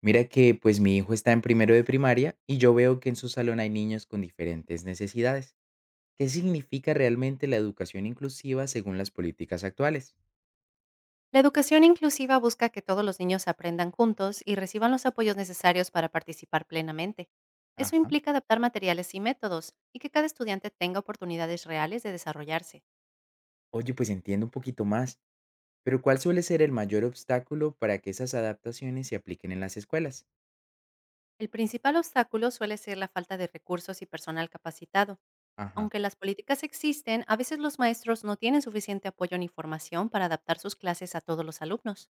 Mira que pues mi hijo está en primero de primaria y yo veo que en su salón hay niños con diferentes necesidades. ¿Qué significa realmente la educación inclusiva según las políticas actuales? La educación inclusiva busca que todos los niños aprendan juntos y reciban los apoyos necesarios para participar plenamente. Eso Ajá. implica adaptar materiales y métodos y que cada estudiante tenga oportunidades reales de desarrollarse. Oye, pues entiendo un poquito más, pero ¿cuál suele ser el mayor obstáculo para que esas adaptaciones se apliquen en las escuelas? El principal obstáculo suele ser la falta de recursos y personal capacitado. Ajá. Aunque las políticas existen, a veces los maestros no tienen suficiente apoyo ni formación para adaptar sus clases a todos los alumnos.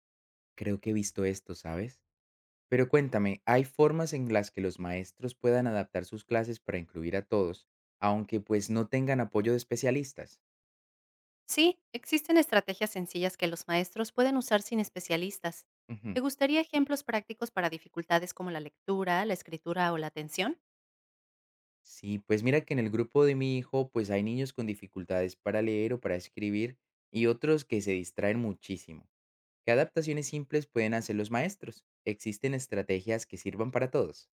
Creo que he visto esto, ¿sabes? Pero cuéntame, ¿hay formas en las que los maestros puedan adaptar sus clases para incluir a todos, aunque pues no tengan apoyo de especialistas? Sí, existen estrategias sencillas que los maestros pueden usar sin especialistas. Ujú. ¿Te gustaría ejemplos prácticos para dificultades como la lectura, la escritura o la atención? Sí, pues mira que en el grupo de mi hijo, pues hay niños con dificultades para leer o para escribir y otros que se distraen muchísimo. ¿Qué adaptaciones simples pueden hacer los maestros? ¿Existen estrategias que sirvan para todos?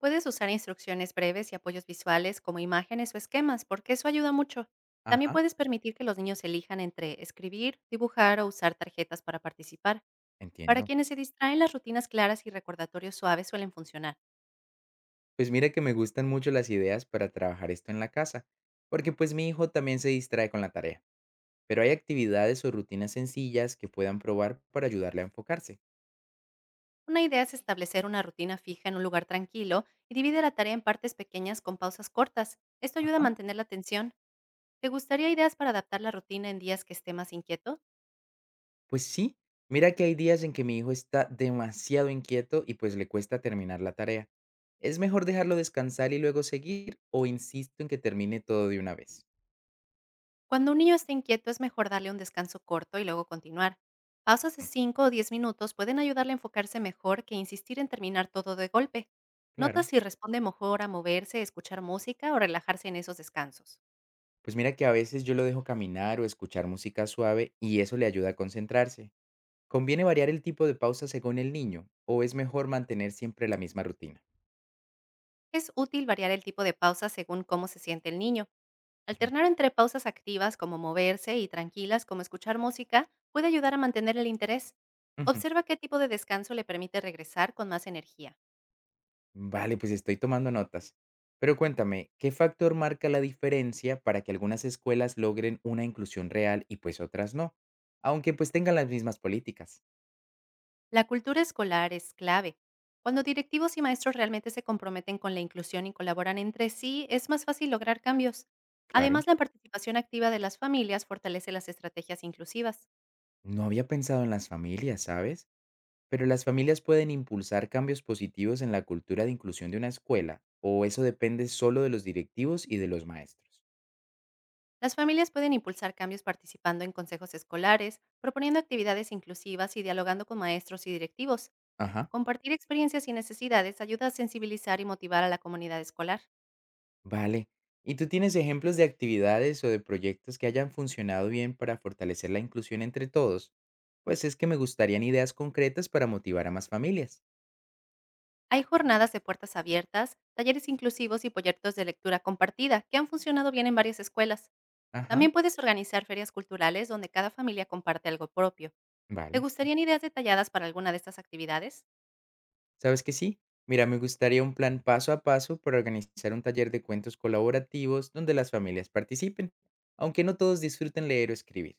Puedes usar instrucciones breves y apoyos visuales como imágenes o esquemas, porque eso ayuda mucho. También Ajá. puedes permitir que los niños elijan entre escribir, dibujar o usar tarjetas para participar. Para Entiendo. quienes se distraen, las rutinas claras y recordatorios suaves suelen funcionar. Pues mira que me gustan mucho las ideas para trabajar esto en la casa, porque pues mi hijo también se distrae con la tarea. Pero hay actividades o rutinas sencillas que puedan probar para ayudarle a enfocarse. Una idea es establecer una rutina fija en un lugar tranquilo y divide la tarea en partes pequeñas con pausas cortas. Esto ayuda a Ajá. mantener la atención. ¿Te gustaría ideas para adaptar la rutina en días que esté más inquieto? Pues sí, mira que hay días en que mi hijo está demasiado inquieto y pues le cuesta terminar la tarea. ¿Es mejor dejarlo descansar y luego seguir o insisto en que termine todo de una vez? Cuando un niño esté inquieto, es mejor darle un descanso corto y luego continuar. Pausas de Mm, 5 o 10 minutos pueden ayudarle a enfocarse mejor que insistir en terminar todo de golpe. Nota claro. si responde mejor a moverse, escuchar música o relajarse en esos descansos. Pues mira que a veces yo lo dejo caminar o escuchar música suave y eso le ayuda a concentrarse. ¿Conviene variar el tipo de pausa según el niño o es mejor mantener siempre la misma rutina? Es útil variar el tipo de pausa según cómo se siente el niño. Alternar entre pausas activas como moverse y tranquilas como escuchar música puede ayudar a mantener el interés. Ujú. Observa qué tipo de descanso le permite regresar con más energía. Vale, pues estoy tomando notas. Pero cuéntame, ¿qué factor marca la diferencia para que algunas escuelas logren una inclusión real y pues otras no? Aunque pues tengan las mismas políticas. La cultura escolar es clave. Cuando directivos y maestros realmente se comprometen con la inclusión y colaboran entre sí, es más fácil lograr cambios. Claro. Además, la participación activa de las familias fortalece las estrategias inclusivas. No había pensado en las familias, ¿sabes? Pero las familias pueden impulsar cambios positivos en la cultura de inclusión de una escuela, o eso depende solo de los directivos y de los maestros. Las familias pueden impulsar cambios participando en consejos escolares, proponiendo actividades inclusivas y dialogando con maestros y directivos. Ajá. Compartir experiencias y necesidades ayuda a sensibilizar y motivar a la comunidad escolar. Vale. ¿Y tú tienes ejemplos de actividades o de proyectos que hayan funcionado bien para fortalecer la inclusión entre todos? Pues es que me gustarían ideas concretas para motivar a más familias. Hay jornadas de puertas abiertas, talleres inclusivos y proyectos de lectura compartida que han funcionado bien en varias escuelas. Ajá, También puedes organizar ferias culturales donde cada familia comparte algo propio. ¿Te vale, sí. gustarían ideas detalladas para alguna de estas actividades? ¿Sabes que sí? Mira, me gustaría un plan paso a paso para organizar un taller de cuentos colaborativos donde las familias participen, aunque no todos disfruten leer o escribir.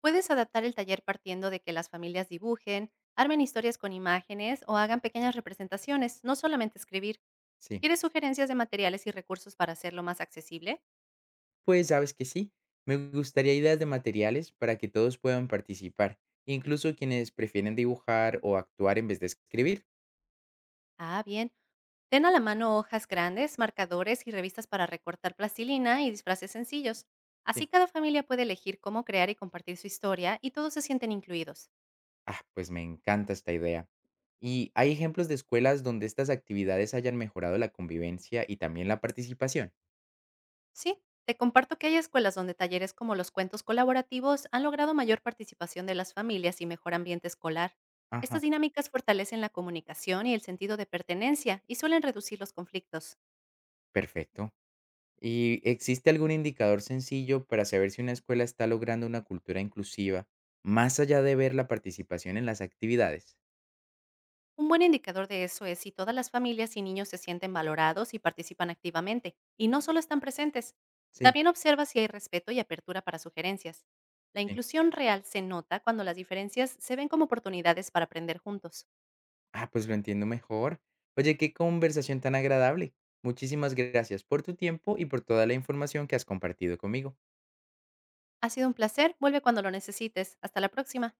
Puedes adaptar el taller partiendo de que las familias dibujen, armen historias con imágenes o hagan pequeñas representaciones, no solamente escribir. Sí, ¿Quieres sugerencias de materiales y recursos para hacerlo más accesible? pues sabes que sí. Me gustaría ideas de materiales para que todos puedan participar, incluso quienes prefieren dibujar o actuar en vez de escribir. Ah, bien. Ten a la mano hojas grandes, marcadores y revistas para recortar, plastilina y disfraces sencillos. Sí. Así cada familia puede elegir cómo crear y compartir su historia, y todos se sienten incluidos. Ah, pues me encanta esta idea. ¿Y hay ejemplos de escuelas donde estas actividades hayan mejorado la convivencia y también la participación? Sí, te comparto que hay escuelas donde talleres como los cuentos colaborativos han logrado mayor participación de las familias y mejor ambiente escolar. Ajá, Estas dinámicas fortalecen la comunicación y el sentido de pertenencia, y suelen reducir los conflictos. perfecto. ¿Y existe algún indicador sencillo para saber si una escuela está logrando una cultura inclusiva, más allá de ver la participación en las actividades? Un buen indicador de eso es si todas las familias y niños se sienten valorados y participan activamente, y no solo están presentes. Sí, También observa si hay respeto y apertura para sugerencias. La sí. inclusión real se nota cuando las diferencias se ven como oportunidades para aprender juntos. Ah, pues lo entiendo mejor. Oye, qué conversación tan agradable. Muchísimas gracias por tu tiempo y por toda la información que has compartido conmigo. Ha sido un placer, vuelve cuando lo necesites. Hasta la próxima.